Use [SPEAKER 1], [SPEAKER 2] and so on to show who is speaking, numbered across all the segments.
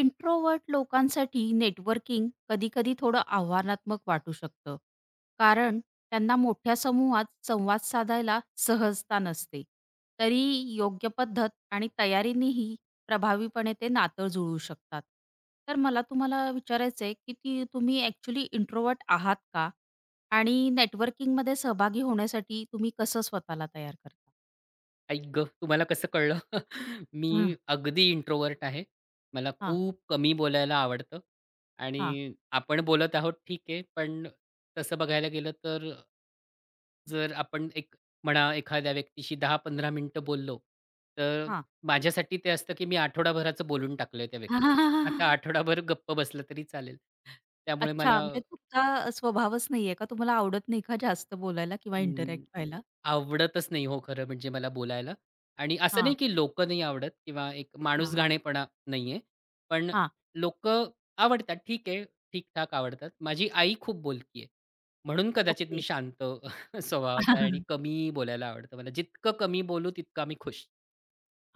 [SPEAKER 1] Introvert लोकांसाठी networking कधीकधी थोडं आव्हानात्मक वाटू शकतं कारण त्यांना मोठ्या समूहात संवाद साधायला सहजता नसते तरी योग्य पद्धत आणि तयारीनेही प्रभावीपणे ते नातं जुळू शकतात. तर मला तुम्हाला विचारायचं आहे की ती तुम्ही ॲक्च्युली इंट्रोवर्ट आहात का आणि नेटवर्किंगमध्ये सहभागी होण्यासाठी तुम्ही कसं स्वतःला तयार करता.
[SPEAKER 2] आई गं! तुम्हाला कसं कळलं? मी
[SPEAKER 1] हां.
[SPEAKER 2] अगदी इंट्रोवर्ट आहे. मला
[SPEAKER 1] हां.
[SPEAKER 2] खूप कमी बोलायला आवडतं आणि
[SPEAKER 1] हां.
[SPEAKER 2] आपण बोलत आहोत ठीक आहे. पण तसं बघायला गेलं तर जर आपण एक म्हणा एखाद्या व्यक्तीशी 10-15 मिनिटं बोललो, तर
[SPEAKER 1] हां.
[SPEAKER 2] माझ्यासाठी ते असतं की मी आठवडाभराचं बोलून टाकलंय त्या व्यक्तीला. आता आठवडाभर गप्प बसलं तरी चालेल. त्यामुळे
[SPEAKER 1] अच्छा,
[SPEAKER 2] मला
[SPEAKER 1] म्हणजे तुमचा स्वभावच नाहीये का? तुम्हाला आवडत नाही का जास्त बोलायला किंवा इंटरॅक्ट व्हायला?
[SPEAKER 2] आवडतच नाही हो खरं म्हणजे मला बोलायला. आणि असं नाही
[SPEAKER 1] हां,
[SPEAKER 2] की लोकं नाही आवडत किंवा एक
[SPEAKER 1] हां,
[SPEAKER 2] माणूसघाणेपणा नाहीये. पण
[SPEAKER 1] हां.
[SPEAKER 2] लोकं आवडतात. ठीक आहे, ठीक-ठाक आवडतात. माझी आई खूप बोलकी आहे. म्हणून कदाचित मी
[SPEAKER 1] ओके.
[SPEAKER 2] शांत स्वभावाचा आहे आणि कमी बोलायला आवडतं मला. जितकं कमी बोलू तितका मी खुश.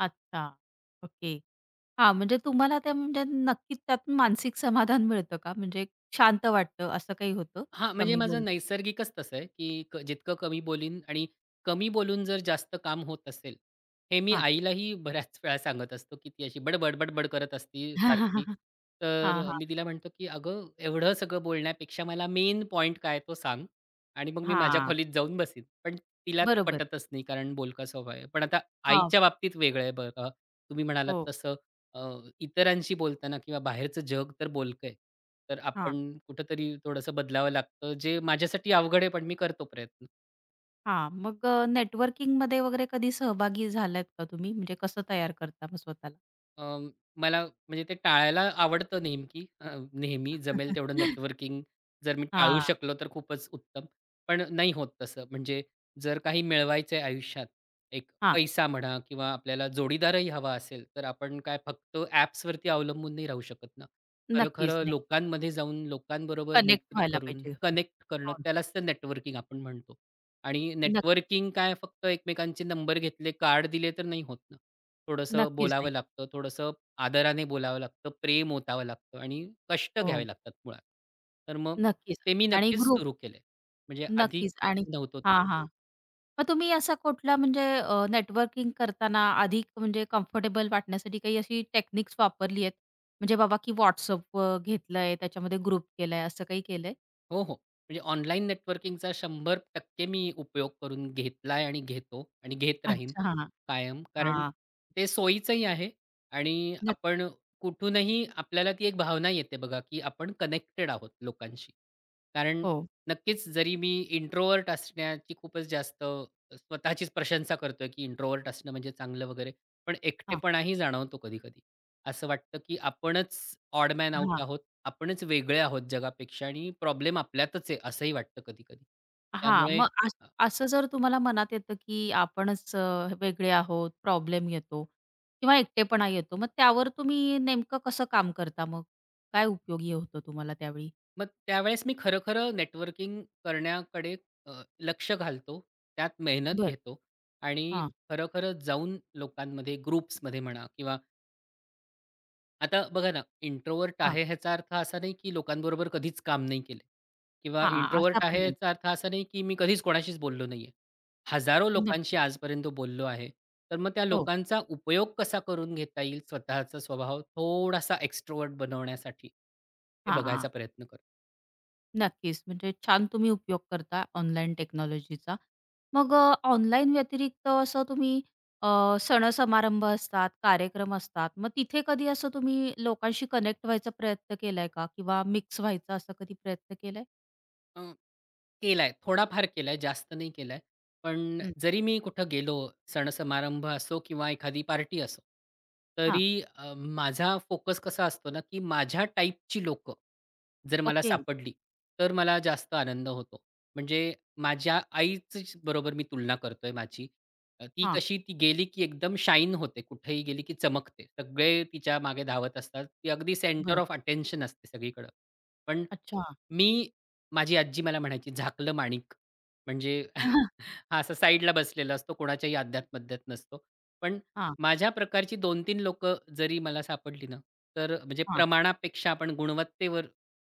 [SPEAKER 1] अच्छा. ओके. हां, म्हणजे तुम्हाला ते म्हणजे नक्कीच त्यातून मानसिक समाधान मिळतं का? म्हणजे शांत वाटतं असं काही होतं?
[SPEAKER 2] हां, म्हणजे
[SPEAKER 1] कमी
[SPEAKER 2] माझं
[SPEAKER 1] बोल.
[SPEAKER 2] नैसर्गिकच तसं आहे, की जितकं कमी बोलीन आणि कमी बोलून जर जास्त काम होत असेल, हे मी
[SPEAKER 1] हां.
[SPEAKER 2] आईलाही बऱ्याच वेळा सांगत असतो, की ती अशी बडबड, बडबड करत असती सारखी.
[SPEAKER 1] हां, हां.
[SPEAKER 2] तर मी
[SPEAKER 1] हां.
[SPEAKER 2] तिला म्हणतो, की "अगं, एवढं सगळं बोलण्यापेक्षा मला मेन पॉइंट काय तो सांग आणि मग मी माझ्या खोलीत जाऊन बसीन." पण तिला ते
[SPEAKER 1] बरोबर.
[SPEAKER 2] पटतच नाही कारण बोलका स्वभाव आहे. पण आता
[SPEAKER 1] हां.
[SPEAKER 2] आईच्या बाबतीत वेगळं आहे बघा. तुम्ही म्हणालात
[SPEAKER 1] हो.
[SPEAKER 2] तसं अ, इतरांशी बोलताना किंवा बाहेरचं जग तर बोलकं आहे. तर आपण
[SPEAKER 1] हां,
[SPEAKER 2] कुठेतरी थोडंसं बदलावं लागतं. जे माझ्यासाठी अवघड आहे, पण मी करतो प्रयत्न.
[SPEAKER 1] हां. मग नेटवर्किंगमध्ये वगैरे कधी सहभागी झालात का तुम्ही? म्हणजे कसं तयार करता मग स्वतःला?
[SPEAKER 2] अं, मला म्हणजे ते टाळायला आवडतं नेमकी नेहमी जमेल तेवढं नेटवर्किंग जर मी टाळू
[SPEAKER 1] हां,
[SPEAKER 2] शकलो तर खूपच उत्तम. पण नाही होत तसं. म्हणजे जर काही मिळवायचं आहे आयुष्यात, एक
[SPEAKER 1] हां.
[SPEAKER 2] पैसा म्हणा किंवा आपल्याला जोडीदारही हवा असेल, तर आपण काय फक्त ॲप्सवरती अवलंबून नाही राहू शकत ना.
[SPEAKER 1] नक्कीच.
[SPEAKER 2] खरं-खरं
[SPEAKER 1] नाही.
[SPEAKER 2] लोकांमध्ये जाऊन, लोकांबरोबर
[SPEAKER 1] कनेक्ट
[SPEAKER 2] मैत्री
[SPEAKER 1] व्हायला
[SPEAKER 2] करून,
[SPEAKER 1] पाहिजे.
[SPEAKER 2] कनेक्ट करणं
[SPEAKER 1] हो,
[SPEAKER 2] त्यालाच तर नेटवर्किंग आपण म्हणतो. आणि
[SPEAKER 1] नक्कीच.
[SPEAKER 2] नेटवर्किंग काय फक्त एकमेकांचे नंबर घेतले, कार्ड दिले तर नाही होत थोडंसं
[SPEAKER 1] नक्कीच
[SPEAKER 2] बोलावं
[SPEAKER 1] नाही.
[SPEAKER 2] लागतं, थोडंसं आदराने बोलावं लागतं, प्रेम ओतावं लागतं आणि कष्ट
[SPEAKER 1] हो,
[SPEAKER 2] घ्यावे लागतात मुळात. तर मग
[SPEAKER 1] नक्कीच.
[SPEAKER 2] ते मी
[SPEAKER 1] आणि
[SPEAKER 2] नक्कीच
[SPEAKER 1] ग्रुप
[SPEAKER 2] सुरू केले. म्हणजे आधी
[SPEAKER 1] नक्कीच आणि
[SPEAKER 2] नव्हतं तसं.
[SPEAKER 1] हां, हां. मग तुम्ही असा कुठला म्हणजे नेटवर्किंग करताना अधिक म्हणजे कम्फर्टेबल वाटण्यासाठी काही अशी टेक्निक्स वापरली आहेत? म्हणजे बाबा की WhatsApp घेतलंय, त्याच्यामध्ये ग्रुप केलाय, असं काही केलंय?
[SPEAKER 2] हो, हो. म्हणजे ऑनलाईन नेटवर्किंगचा 100% मी उपयोग करून घेतलाय आणि घेतो आणि घेत राहीन
[SPEAKER 1] अच्छा. हां,
[SPEAKER 2] कायम. कारण
[SPEAKER 1] हां.
[SPEAKER 2] ते सोयीचंही आहे आणि
[SPEAKER 1] नक्कीच.
[SPEAKER 2] आपण कुठूनही आपल्याला ती एक भावना येते बघा, की आपण कनेक्टेड आहोत लोकांशी. कारण
[SPEAKER 1] हो.
[SPEAKER 2] नक्कीच जरी मी इंट्रोव्हर्ट असण्याची खूपच जास्त स्वतःचीच प्रशंसा करतोय, की इंट्रोव्हर्ट असणं म्हणजे चांगलं वगैरे. पण
[SPEAKER 1] हां,
[SPEAKER 2] एकटेपणाही जाणवतो कधी-कधी. असं वाटतं, की आपणच ऑड आउट
[SPEAKER 1] हां.
[SPEAKER 2] आहोत आपणच वेगळे आहोत जगापेक्षा आणि प्रॉब्लेम आपल्यातच आहे, असंही वाटतं कधी-कधी.
[SPEAKER 1] हां,
[SPEAKER 2] त्यामुळे
[SPEAKER 1] मग अस
[SPEAKER 2] अ,
[SPEAKER 1] असं जर तुम्हाला मनात येतं, की आपणच वेगळे आहोत, प्रॉब्लेम येतो किंवा एकटेपणा येतो, मग त्यावर तुम्ही नेमकं कसं काम करता मग? काय उपयोगी होतं तुम्हाला त्यावेळी?
[SPEAKER 2] मग त्यावेळेस मी खरं-खरं नेटवर्किंग करण्याकडे अ, लक्ष घालतो. त्यात मेहनत
[SPEAKER 1] बरं.
[SPEAKER 2] घेतो आणि
[SPEAKER 1] हां,
[SPEAKER 2] खरं-खरं जाऊन लोकांमध्ये ग्रुप्समध्ये म्हणा किंवा आता बघा ना, इंट्रोव्हर्ट
[SPEAKER 1] हां,
[SPEAKER 2] आहे ह्याचा अर्थ असा नाही, की लोकांबरोबर कधीच काम नाही केलं किंवा
[SPEAKER 1] हां,
[SPEAKER 2] इंट्रोव्हर्ट
[SPEAKER 1] असा पण
[SPEAKER 2] आहे
[SPEAKER 1] नाही.
[SPEAKER 2] याचा अर्थ असा नाही, की मी कधीच कोणाशीच बोललो नाहीये. हजारो लोकांशी
[SPEAKER 1] नक्कीच.
[SPEAKER 2] आजपर्यंत बोललो आहे. तर मग त्या
[SPEAKER 1] हो.
[SPEAKER 2] लोकांचा उपयोग कसा करून घेता येईल स्वतःचा स्वभाव थोडासा एक्स्ट्रोव्हर्ट बनवण्यासाठी, ते
[SPEAKER 1] हां,
[SPEAKER 2] बघायचा प्रयत्न करतो.
[SPEAKER 1] नक्कीच. म्हणजे छान तुम्ही उपयोग करता ऑनलाईन टेक्नॉलॉजीचा. मग ऑनलाईन व्यतिरिक्त असं तुम्ही अ, सण-समारंभ असतात, कार्यक्रम असतात. मग तिथे कधी असं तुम्ही लोकांशी कनेक्ट व्हायचा प्रयत्न केलाय का? किंवा मिक्स व्हायचा असा कधी प्रयत्न केलाय?
[SPEAKER 2] केलाय. थोडाफार केलाय, जास्त नाही केलाय. पण
[SPEAKER 1] हं.
[SPEAKER 2] जरी मी कुठं गेलो, सण-समारंभ असो किंवा एखादी पार्टी असो,
[SPEAKER 1] हां.
[SPEAKER 2] तरी माझा फोकस कसा असतो ना, की माझ्या टाईपची लोक जर मला
[SPEAKER 1] ओके.
[SPEAKER 2] सापडली, तर मला जास्त आनंद होतो. म्हणजे माझ्या आईचीच बरोबर मी तुलना करतोय माझी. ती
[SPEAKER 1] हां.
[SPEAKER 2] कशी ती गेली, की एकदम शाईन होते. कुठेही गेली, की चमकते. सगळे तिच्या मागे धावत असतात. ती अगदी सेंटर
[SPEAKER 1] बरं.
[SPEAKER 2] ऑफ अटेन्शन असते सगळीकडं. पण
[SPEAKER 1] अच्छा.
[SPEAKER 2] मी माझी आजी मला म्हणायची, "झाकलं माणिक." म्हणजे हां, असा साईडला बसलेला असतो, कोणाच्याही अध्यात-मध्यात नसतो. पण
[SPEAKER 1] हां,
[SPEAKER 2] माझ्या प्रकारची 2-3 लोक जरी मला सापडली ना, तर म्हणजे
[SPEAKER 1] हां.
[SPEAKER 2] प्रमाणापेक्षा आपण गुणवत्तेवर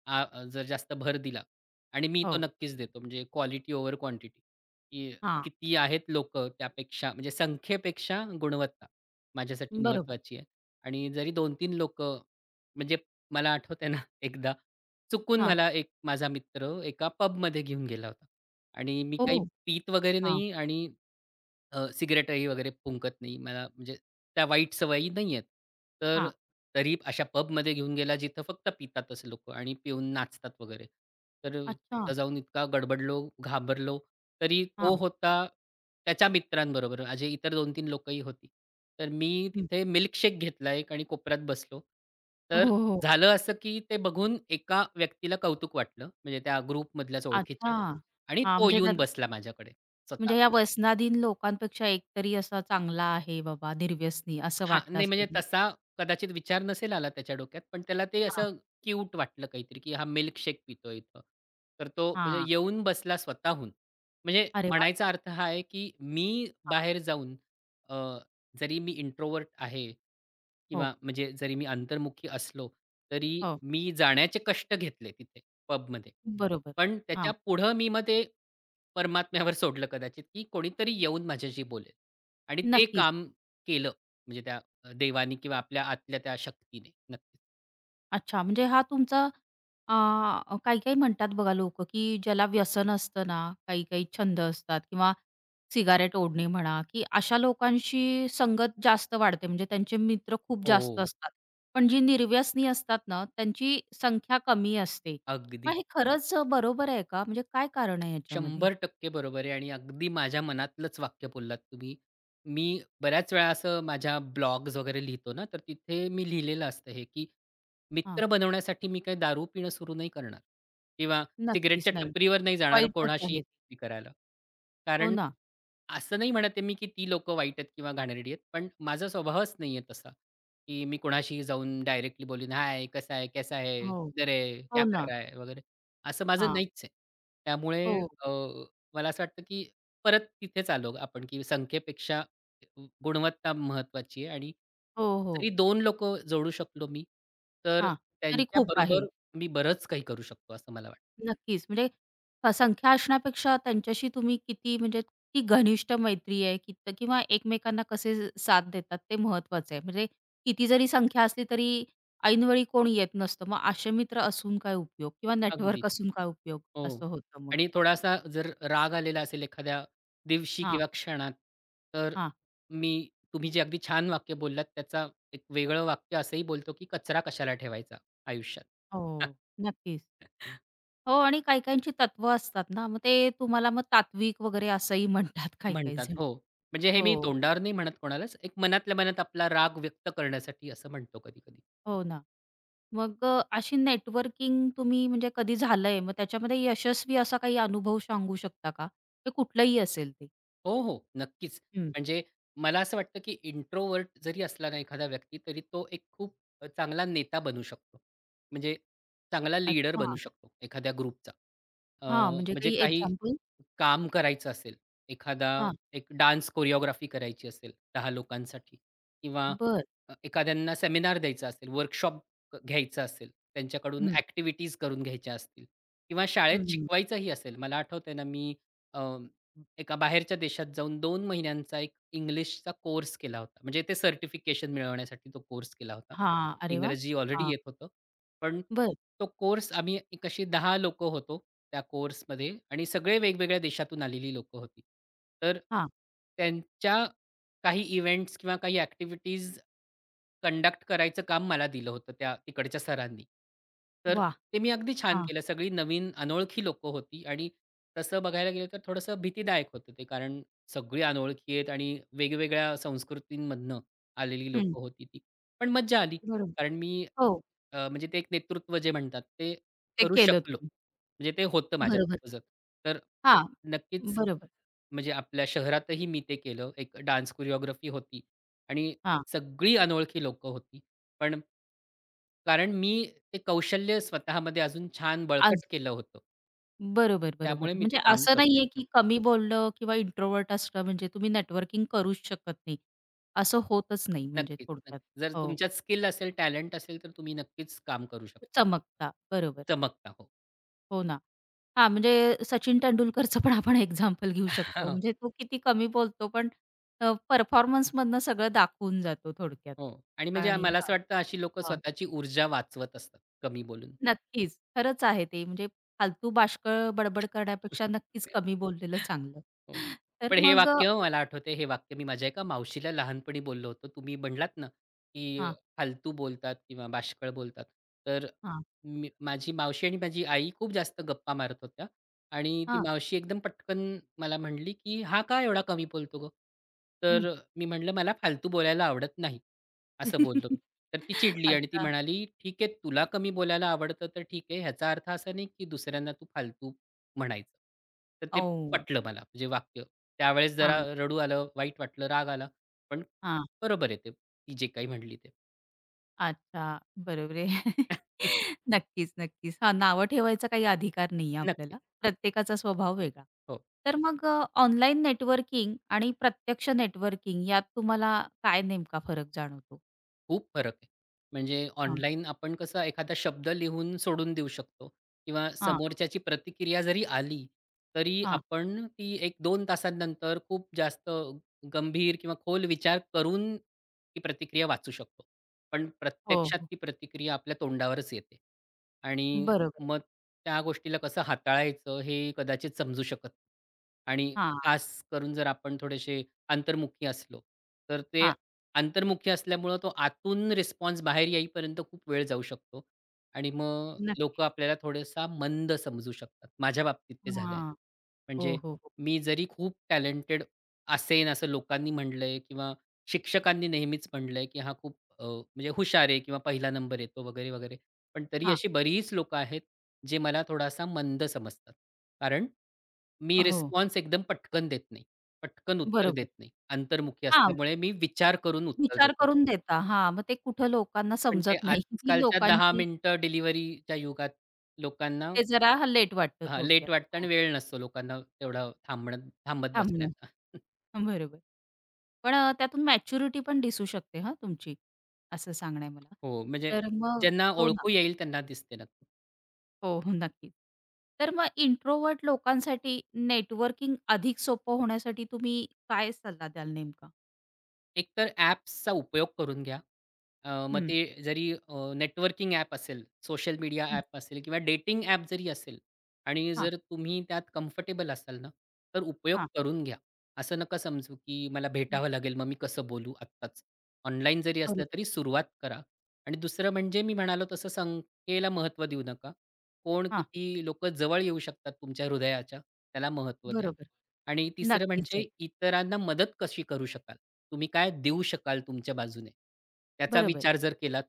[SPEAKER 2] जर जास्त भर दिला आणि मी तो
[SPEAKER 1] हो.
[SPEAKER 2] नक्कीच देतो. म्हणजे क्वालिटी ओव्हर क्वांटिटी, की
[SPEAKER 1] हां.
[SPEAKER 2] किती आहेत लोक त्यापेक्षा म्हणजे संख्येपेक्षा गुणवत्ता माझ्यासाठी
[SPEAKER 1] बरोबर.
[SPEAKER 2] महत्त्वाची आहे. आणि जरी 2-3 लोकं म्हणजे मला आठवतंय ना, एकदा चुकून
[SPEAKER 1] हां.
[SPEAKER 2] मला एक माझा मित्र एका पबमध्ये घेऊन गेला होता आणि मी
[SPEAKER 1] हो.
[SPEAKER 2] काही पीत वगैरे
[SPEAKER 1] हां,
[SPEAKER 2] नाही आणि सिगारेटही वगैरे फुंकत नाही. मला म्हणजे त्या वाईट सवयी नाही आहेत. तर
[SPEAKER 1] हां.
[SPEAKER 2] तरी अशा पबमध्ये घेऊन गेला जिथं फक्त पितातच लोकं आणि पिऊन नाचतात वगैरे. तर
[SPEAKER 1] अच्छा.
[SPEAKER 2] तिथं जाऊन इतका गडबडलो, घाबरलो. तरी तो
[SPEAKER 1] हां.
[SPEAKER 2] होता त्याच्या मित्रांबरोबर माझे इतर 2-3 लोकंही होती. तर मी
[SPEAKER 1] हं.
[SPEAKER 2] तिथे मिल्कशेक घेतला एक आणि कोपऱ्यात बसलो.
[SPEAKER 1] हो,
[SPEAKER 2] तर
[SPEAKER 1] हो.
[SPEAKER 2] झालं असं, की ते बघून एका व्यक्तीला कौतुक वाटलं म्हणजे त्या ग्रुपमधल्याच
[SPEAKER 1] अच्छा.
[SPEAKER 2] ओळखीच्या आणि
[SPEAKER 1] हां,
[SPEAKER 2] तो
[SPEAKER 1] म्हणजे
[SPEAKER 2] येऊन
[SPEAKER 1] तर
[SPEAKER 2] बसला माझ्याकडे
[SPEAKER 1] म्हणजे
[SPEAKER 2] स्वतः.
[SPEAKER 1] या व्यसनाधीन लोकांपेक्षा एकतरी असा चांगला आहे बाबा, निर्व्यसनी असं
[SPEAKER 2] हां,
[SPEAKER 1] वाटलं
[SPEAKER 2] नाही म्हणजे
[SPEAKER 1] असेल ना?
[SPEAKER 2] तसा कदाचित विचार नसेल आला त्याच्या डोक्यात, पण त्याला ते
[SPEAKER 1] हां,
[SPEAKER 2] असं क्यूट वाटलं काहीतरी, की हा मिल्कशेक पितोय इथं. तर तो म्हणजे
[SPEAKER 1] हां.
[SPEAKER 2] येऊन बसला स्वतःहून. म्हणजे
[SPEAKER 1] अरे वाह!
[SPEAKER 2] म्हणायचा अर्थ हा आहे, की मी
[SPEAKER 1] हां.
[SPEAKER 2] बाहेर जाऊन अ, जरी मी इंट्रोवर्ट आहे किंवा
[SPEAKER 1] हो,
[SPEAKER 2] म्हणजे जरी मी अंतर्मुखी असलो, तरी
[SPEAKER 1] हो.
[SPEAKER 2] मी जाण्याचे कष्ट घेतले तिथे पबमध्ये.
[SPEAKER 1] बरोबर.
[SPEAKER 2] पण त्याच्या
[SPEAKER 1] हां,
[SPEAKER 2] पुढं मी मग ते परमात्म्यावर सोडलं कदाचित, की कोणीतरी येऊन माझ्याशी बोलेल आणि ते
[SPEAKER 1] नक्कीच.
[SPEAKER 2] काम केलं म्हणजे त्या देवाने किंवा आपल्या आतल्या त्या शक्तीने. नक्कीच.
[SPEAKER 1] अच्छा, म्हणजे हा तुमचा अ, काही-काही म्हणतात बघा लोकं, की ज्याला व्यसन असतं ना, काही-काही छंद असतात किंवा सिगारेट ओढणे म्हणा, की अशा लोकांशी संगत जास्त वाढते. म्हणजे त्यांचे मित्र खूप जास्त
[SPEAKER 2] हो.
[SPEAKER 1] असतात. पण जी निर्व्यसनी असतात ना, त्यांची संख्या कमी असते.
[SPEAKER 2] अगदी.
[SPEAKER 1] मग हे खरंच बरोबर आहे का? म्हणजे काय कारण आहे याच्यामध्ये?
[SPEAKER 2] 100% बरोबर आहे आणि अगदी माझ्या मनातलंच वाक्य बोललात तुम्ही. मी बऱ्याच वेळा असं माझ्या ब्लॉग्स वगैरे लिहितो ना, तर तिथे मी लिहिलेलं असतं हे, की
[SPEAKER 1] हां,
[SPEAKER 2] मित्र बनवण्यासाठी मी काही दारू पिणं सुरू नाही करणार किंवा
[SPEAKER 1] नक्कीच
[SPEAKER 2] सिगारेटच्या
[SPEAKER 1] नाही.
[SPEAKER 2] टपरीवर नाही जाणार
[SPEAKER 1] वाईटच आहे.
[SPEAKER 2] कोणाशीही करायला.
[SPEAKER 1] हो
[SPEAKER 2] कारण
[SPEAKER 1] ना.
[SPEAKER 2] असं नाही म्हणत आहे मी, की ती लोकं वाईट आहेत किंवा घाणेरडी आहेत. पण माझा स्वभावच नाही आहे तसा, की मी कोणाशीही जाऊन डायरेक्टली बोलीन, "हाय, कसा है? कैसा है?
[SPEAKER 1] हो.
[SPEAKER 2] किधर है? क्या
[SPEAKER 1] हो ना.
[SPEAKER 2] कर रहा है?" वगैरे. असं माझं
[SPEAKER 1] हां.
[SPEAKER 2] नाहीच आहे. त्यामुळे
[SPEAKER 1] हो,
[SPEAKER 2] अ, मला असं वाटतं, की परत तिथेच आलो आपण, की संख्येपेक्षा गुणवत्ता महत्त्वाची आहे आणि
[SPEAKER 1] हो, हो.
[SPEAKER 2] जरी 2 लोकं जोडू शकलो मी, तर
[SPEAKER 1] हां, तरी खूप आहे.
[SPEAKER 2] त्यांच्याबरोबर मी बरंच काही करू शकतो असं मला वाटतं.
[SPEAKER 1] नक्कीच. म्हणजे संख्या असण्यापेक्षा त्यांच्याशी तुम्ही किती म्हणजे किती घनिष्ठ मैत्री आहे की किंवा एकमेकांना कसे साथ देतात ते महत्वाचं आहे. म्हणजे किती जरी संख्या असली तरी ऐनवेळी कोण येत नसतं. मग असे मित्र असून काय उपयोग किंवा
[SPEAKER 2] अगदी.
[SPEAKER 1] नेटवर्क असून काय उपयोग
[SPEAKER 2] हो.
[SPEAKER 1] असं होतं मग.
[SPEAKER 2] आणि थोडासा जर राग आलेला असेल एखाद्या दिवशी
[SPEAKER 1] हां,
[SPEAKER 2] किंवा क्षणात, तर
[SPEAKER 1] हां.
[SPEAKER 2] तुम्ही जे अगदी छान वाक्य बोललात, त्याचा एक वेगळं वाक्य असंही बोलतो, की "कचरा कशाला ठेवायचा आयुष्यात?"
[SPEAKER 1] हो, नक्कीच. हो आणि काही-काहींची तत्त्व असतात ना, मग ते तुम्हाला मग तात्विक वगैरे असंही म्हणतात काही-काही
[SPEAKER 2] म्हणतात.
[SPEAKER 1] जण.
[SPEAKER 2] हो. म्हणजे हे मी
[SPEAKER 1] हो,
[SPEAKER 2] तोंडावर नाही म्हणत कोणालाच. एक मनातल्या मनात आपला राग व्यक्त करण्यासाठी असं म्हणतो कधी-कधी.
[SPEAKER 1] हो ना. मग अशी नेटवर्किंग तुम्ही म्हणजे कधी झालंय, मग त्याच्यामध्ये यशस्वी असा काही अनुभव सांगू शकता का? ते कुठलंही असेल ते?
[SPEAKER 2] हो, हो. नक्कीच.
[SPEAKER 1] हं.
[SPEAKER 2] म्हणजे मला असं वाटतं, की इंट्रोवर्ट जरी असला ना एखादा व्यक्ती, तरी तो एक खूप चांगला नेता बनू शकतो. म्हणजे चांगला लीडर
[SPEAKER 1] अच्छा.
[SPEAKER 2] बनू शकतो एखाद्या ग्रुपचा. अ,
[SPEAKER 1] हां, म्हणजे
[SPEAKER 2] म्हणजे
[SPEAKER 1] काही
[SPEAKER 2] काही
[SPEAKER 1] एक्झाम्पल?
[SPEAKER 2] काम करायचं असेल, एखादा
[SPEAKER 1] हां.
[SPEAKER 2] एक डान्स कोरिओग्राफी करायची असेल 10 लोकांसाठी किंवा
[SPEAKER 1] बरं.
[SPEAKER 2] एखाद्यांना सेमिनार द्यायचा असेल, वर्कशॉप घ्यायचा असेल, त्यांच्याकडून
[SPEAKER 1] हं.
[SPEAKER 2] ॲक्टिव्हिटीज करून घ्यायच्या असतील किंवा शाळेत
[SPEAKER 1] हं,
[SPEAKER 2] शिकवायचंही असेल. मला आठवतंय ना मी एका बाहेरच्या देशात जाऊन 2 महिन्यांचा एक इंग्लिशचा कोर्स केला होता. म्हणजे ते सर्टिफिकेशन मिळवण्यासाठी तो कोर्स केला होता.
[SPEAKER 1] हां. अरे वाह!
[SPEAKER 2] इंग्रजी ऑलरेडी
[SPEAKER 1] हां.
[SPEAKER 2] येत होतं. पण
[SPEAKER 1] बरं.
[SPEAKER 2] तो कोर्स आम्ही एक अशी 10 लोकं होतो त्या कोर्समध्ये आणि सगळे वेगवेगळ्या देशातून आलेली लोकं होती. तर
[SPEAKER 1] हां.
[SPEAKER 2] त्यांच्या काही इव्हेंट्स किंवा काही ॲक्टिव्हिटीज कंडक्ट करायचं काम मला दिलं होतं त्या तिकडच्या सरांनी. तर
[SPEAKER 1] वाह!
[SPEAKER 2] ते मी अगदी छान
[SPEAKER 1] हां.
[SPEAKER 2] केलं. सगळी नवीन अनोळखी लोकं होती आणि तसं बघायला गेलं तर थोडंसं भीतीदायक होतं ते. कारण सगळी अनोळखी आहेत आणि वेगवेगळ्या संस्कृतींमधनं आलेली
[SPEAKER 1] हं.
[SPEAKER 2] लोकं होती ती. पण मज्जा आली.
[SPEAKER 1] बरोबर.
[SPEAKER 2] कारण मी
[SPEAKER 1] हो,
[SPEAKER 2] म्हणजे ते एक नेतृत्व जे म्हणतात ते
[SPEAKER 1] ते
[SPEAKER 2] करू
[SPEAKER 1] केलं
[SPEAKER 2] शकलो.
[SPEAKER 1] तुम्ही.
[SPEAKER 2] म्हणजे ते होतं माझ्यात
[SPEAKER 1] बरोबर.
[SPEAKER 2] उपजत. तर
[SPEAKER 1] हां.
[SPEAKER 2] नक्कीच
[SPEAKER 1] बरोबर.
[SPEAKER 2] म्हणजे आपल्या शहरातही मी ते केलं. एक डान्स कोरिओग्राफी होती आणि
[SPEAKER 1] हां.
[SPEAKER 2] सगळी अनोळखी लोकं होती. पण कारण मी ते कौशल्य स्वतःमध्ये अजून छान
[SPEAKER 1] आज
[SPEAKER 2] बळकट केलं होतं.
[SPEAKER 1] बरोबर, बरोबर.
[SPEAKER 2] त्यामुळे मी ते
[SPEAKER 1] म्हणजे
[SPEAKER 2] काम
[SPEAKER 1] असं
[SPEAKER 2] करू
[SPEAKER 1] नाहीये,
[SPEAKER 2] शकलो.
[SPEAKER 1] की कमी बोलणं किंवा इंट्रोव्हर्ट असणं म्हणजे तुम्ही नेटवर्किंग करूच शकत नाही. असं होतच नाही म्हणजे
[SPEAKER 2] नक्कीच, नक्कीच.
[SPEAKER 1] थोडक्यात.
[SPEAKER 2] जर
[SPEAKER 1] हो,
[SPEAKER 2] तुमच्यात स्किल असेल, टॅलेंट असेल, तर तुम्ही नक्कीच काम करू शकता.
[SPEAKER 1] चमकता. बरोबर.
[SPEAKER 2] चमकता. हो.
[SPEAKER 1] हो ना. हां, म्हणजे सचिन तेंडुलकरचं पण आपण एक्झाम्पल घेऊ शकतो. म्हणजे तो किती कमी बोलतो पण परफॉर्मन्समधनं सगळं दाखवून जातो थोडक्यात.
[SPEAKER 2] हो. आणि म्हणजे
[SPEAKER 1] आणि
[SPEAKER 2] मला
[SPEAKER 1] हां,
[SPEAKER 2] असं वाटतं अशी लोकं
[SPEAKER 1] हां.
[SPEAKER 2] स्वतःची ऊर्जा वाचवत असतात, कमी बोलून.
[SPEAKER 1] नक्कीच. खरंच आहे ते. म्हणजे फालतू बाष्कळ बडबड करण्यापेक्षा नक्कीच कमी बोललेलं चांगलं.
[SPEAKER 2] हो.
[SPEAKER 1] तर
[SPEAKER 2] पण हे
[SPEAKER 1] मग अ
[SPEAKER 2] वाक्य मला आठवतंय, हे वाक्य मी माझ्या एका मावशीला लहानपणी बोललो होतो. तुम्ही म्हणलात ना, की
[SPEAKER 1] हां,
[SPEAKER 2] फालतू बोलतात किंवा बाष्कळ बोलतात. तर
[SPEAKER 1] हां,
[SPEAKER 2] मी माझी मावशी आणि माझी आई खूप जास्त गप्पा मारत होत्या आणि ती मावशी एकदम पटकन मला म्हणली, की "हा का एवढा कमी बोलतो गं?" तर मी म्हटलं, "मला फालतू बोलायला आवडत नाही." असं बोललो मी. तर ती चिडली आणि ती
[SPEAKER 1] अच्छा.
[SPEAKER 2] म्हणाली, "ठीक आहे, तुला कमी बोलायला आवडतं तर ठीक आहे. ह्याचा अर्थ असा नाही, की दुसऱ्यांना तू फालतू म्हणायचं. तर ते
[SPEAKER 1] ओह!
[SPEAKER 2] पटलं मला म्हणजे वाक्य. त्यावेळेस जरा
[SPEAKER 1] हां,
[SPEAKER 2] रडू आलं, वाईट वाटलं, राग आला. पण
[SPEAKER 1] हां.
[SPEAKER 2] बरोबर आहे ते, ती जे काही म्हणली ते.
[SPEAKER 1] अच्छा. बरोबर आहे. नक्कीच, नक्कीच. हां, नावं ठेवायचा काही अधिकार नाहीये
[SPEAKER 2] नक्कीच.
[SPEAKER 1] आपल्याला. प्रत्येकाचा स्वभाव वेगळा.
[SPEAKER 2] हो.
[SPEAKER 1] तर मग ऑनलाईन नेटवर्किंग आणि प्रत्यक्ष नेटवर्किंग यात तुम्हाला काय नेमका फरक जाणवतो?
[SPEAKER 2] खूप फरक आहे. म्हणजे
[SPEAKER 1] हां,
[SPEAKER 2] ऑनलाईन आपण कसं एखादा शब्द लिहून सोडून देऊ शकतो किंवा
[SPEAKER 1] हां,
[SPEAKER 2] समोरच्याची प्रतिक्रिया जरी आली, तरी
[SPEAKER 1] हां.
[SPEAKER 2] आपण ती 1-2 तासांनंतर खूप जास्त गंभीर किंवा खोल विचार करून ती प्रतिक्रिया वाचू शकतो. पण
[SPEAKER 1] हो,
[SPEAKER 2] प्रत्यक्षात
[SPEAKER 1] हो.
[SPEAKER 2] ती प्रतिक्रिया आपल्या तोंडावरच येते आणि
[SPEAKER 1] बरोबर आहे.
[SPEAKER 2] मग त्या गोष्टीला कसं हाताळायचं हे कदाचित समजू शकत नाही आणि
[SPEAKER 1] हां,
[SPEAKER 2] खास करून जर आपण थोडेसे अंतर्मुखी असलो, तर ते
[SPEAKER 1] हां.
[SPEAKER 2] अंतर्मुखी असल्यामुळं तो आतून रिस्पॉन्स बाहेर येईपर्यंत खूप वेळ जाऊ शकतो आणि मग लोकं
[SPEAKER 1] नक्कीच.
[SPEAKER 2] आपल्याला थोडासा मंद समजू शकतात. माझ्या बाबतीत ते झालंय.
[SPEAKER 1] हां.
[SPEAKER 2] म्हणजे
[SPEAKER 1] हो, हो, हो.
[SPEAKER 2] मी जरी खूप टॅलेंटेड असेन असं लोकांनी म्हटलंय किंवा शिक्षकांनी नेहमीच म्हटलंय, की हा खूप म्हणजे हुशार आहे किंवा पहिला नंबर येतो वगैरे, वगैरे. पण तरी
[SPEAKER 1] हां.
[SPEAKER 2] अशी बरीच लोकं आहेत, जे मला थोडासा मंद समजतात. कारण मी
[SPEAKER 1] हो.
[SPEAKER 2] रिस्पॉन्स एकदम पटकन देत पटकन उत्तर देत
[SPEAKER 1] बरोबर.
[SPEAKER 2] नाही. अंतर्मुखी असल्यामुळे मी विचार करून उत्तर
[SPEAKER 1] विचार
[SPEAKER 2] देतो.
[SPEAKER 1] करून देता. हां, मग ते कुठं लोकांना
[SPEAKER 2] पण ते
[SPEAKER 1] समजत नाही. ती
[SPEAKER 2] आजकालच्या 10
[SPEAKER 1] लोकांची
[SPEAKER 2] मिनिटं डिलिव्हरीच्या युगात लोकांना
[SPEAKER 1] ते जरा लेट वाटतं
[SPEAKER 2] हां, लेट
[SPEAKER 1] थोडक्यात.
[SPEAKER 2] वाटतं आणि
[SPEAKER 1] हां,
[SPEAKER 2] वेळ नसतो लोकांना तेवढा थांबत
[SPEAKER 1] थांबणं.
[SPEAKER 2] बसण्याचा.
[SPEAKER 1] हं, बरोबर. पण त्यातून मॅच्युरिटी पण दिसू शकते हां, तुमची, असं सांगणं आहे मला.
[SPEAKER 2] हो, म्हणजे
[SPEAKER 1] तर मग
[SPEAKER 2] ज्यांना
[SPEAKER 1] हो ना.
[SPEAKER 2] ओळखू येईल त्यांना दिसते नक्की.
[SPEAKER 1] हो, हो, नक्कीच. तर मग इंट्रोव्हर्ट लोकांसाठी नेटवर्किंग अधिक सोपं होण्यासाठी तुम्ही काय सल्ला द्याल नेमका?
[SPEAKER 2] एकतर ॲप्सचा उपयोग करून घ्या. मग
[SPEAKER 1] हं,
[SPEAKER 2] ते जरी नेटवर्किंग ॲप असेल, सोशल मीडिया
[SPEAKER 1] हं.
[SPEAKER 2] ॲप असेल किंवा डेटिंग ॲप जरी असेल आणि
[SPEAKER 1] हां,
[SPEAKER 2] जर तुम्ही त्यात कम्फर्टेबल असाल ना, तर उपयोग
[SPEAKER 1] हां.
[SPEAKER 2] करून घ्या. असं नका समजू, की मला भेटावं लागेल, मग मी कसं बोलू आत्ताच. ऑनलाईन जरी असलं
[SPEAKER 1] बरोबर.
[SPEAKER 2] तरी सुरुवात करा. आणि दुसरं म्हणजे मी म्हणालो तसं संख्येला महत्त्व देऊ नका. कोण
[SPEAKER 1] हां,
[SPEAKER 2] किती लोकं जवळ येऊ शकतात तुमच्या हृदयाच्या, त्याला महत्त्व द्या.
[SPEAKER 1] बरोबर.
[SPEAKER 2] आणि तिसरं
[SPEAKER 1] नक्कीच आहे.
[SPEAKER 2] म्हणजे इतरांना मदत कशी करू शकाल? तुम्ही काय देऊ शकाल तुमच्या बाजूने? त्याचा
[SPEAKER 1] बरोबर.
[SPEAKER 2] विचार जर केलात,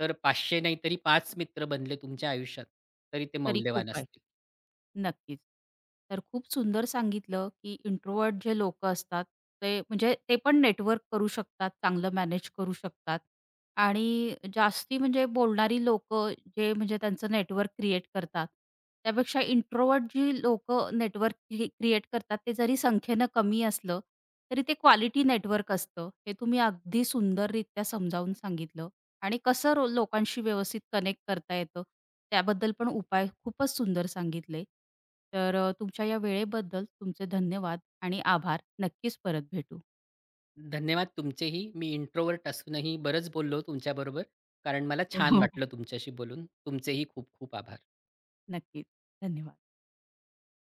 [SPEAKER 2] तर 500 नाही तरी पाच मित्र बनले तुमच्या आयुष्यात, तरी ते
[SPEAKER 1] तरी खूप
[SPEAKER 2] मौल्यवान
[SPEAKER 1] आहे.
[SPEAKER 2] असतील.
[SPEAKER 1] नक्कीच. तर खूप सुंदर सांगितलं, की इंट्रोव्हर्ट जे लोक असतात, ते म्हणजे ते पण नेटवर्क करू शकतात, चांगलं मॅनेज करू शकतात आणि जास्ती म्हणजे बोलणारी लोकं जे म्हणजे त्यांचं नेटवर्क क्रिएट करतात, त्यापेक्षा इंट्रोव्हर्ट जी लोकं नेटवर्क क्रिएट करतात, ते जरी संख्येनं कमी असलं, तरी ते क्वालिटी नेटवर्क असतं. हे तुम्ही अगदी सुंदररित्या समजावून सांगितलं. आणि कसं लोकांशी व्यवस्थित कनेक्ट करता येतं, त्याबद्दल पण उपाय खूपच सुंदर सांगितले. तर तुमच्या या वेळेबद्दल तुमचे धन्यवाद आणि आभार. नक्कीच परत भेटू.
[SPEAKER 2] धन्यवाद तुमचेही. मी इंट्रोवर्ट असूनही बरंच बोललो तुमच्याबरोबर, कारण मला
[SPEAKER 1] हो,
[SPEAKER 2] छान
[SPEAKER 1] हो,
[SPEAKER 2] वाटलं तुमच्याशी बोलून. तुमचेही खूप खूप आभार.
[SPEAKER 1] नक्कीच. धन्यवाद.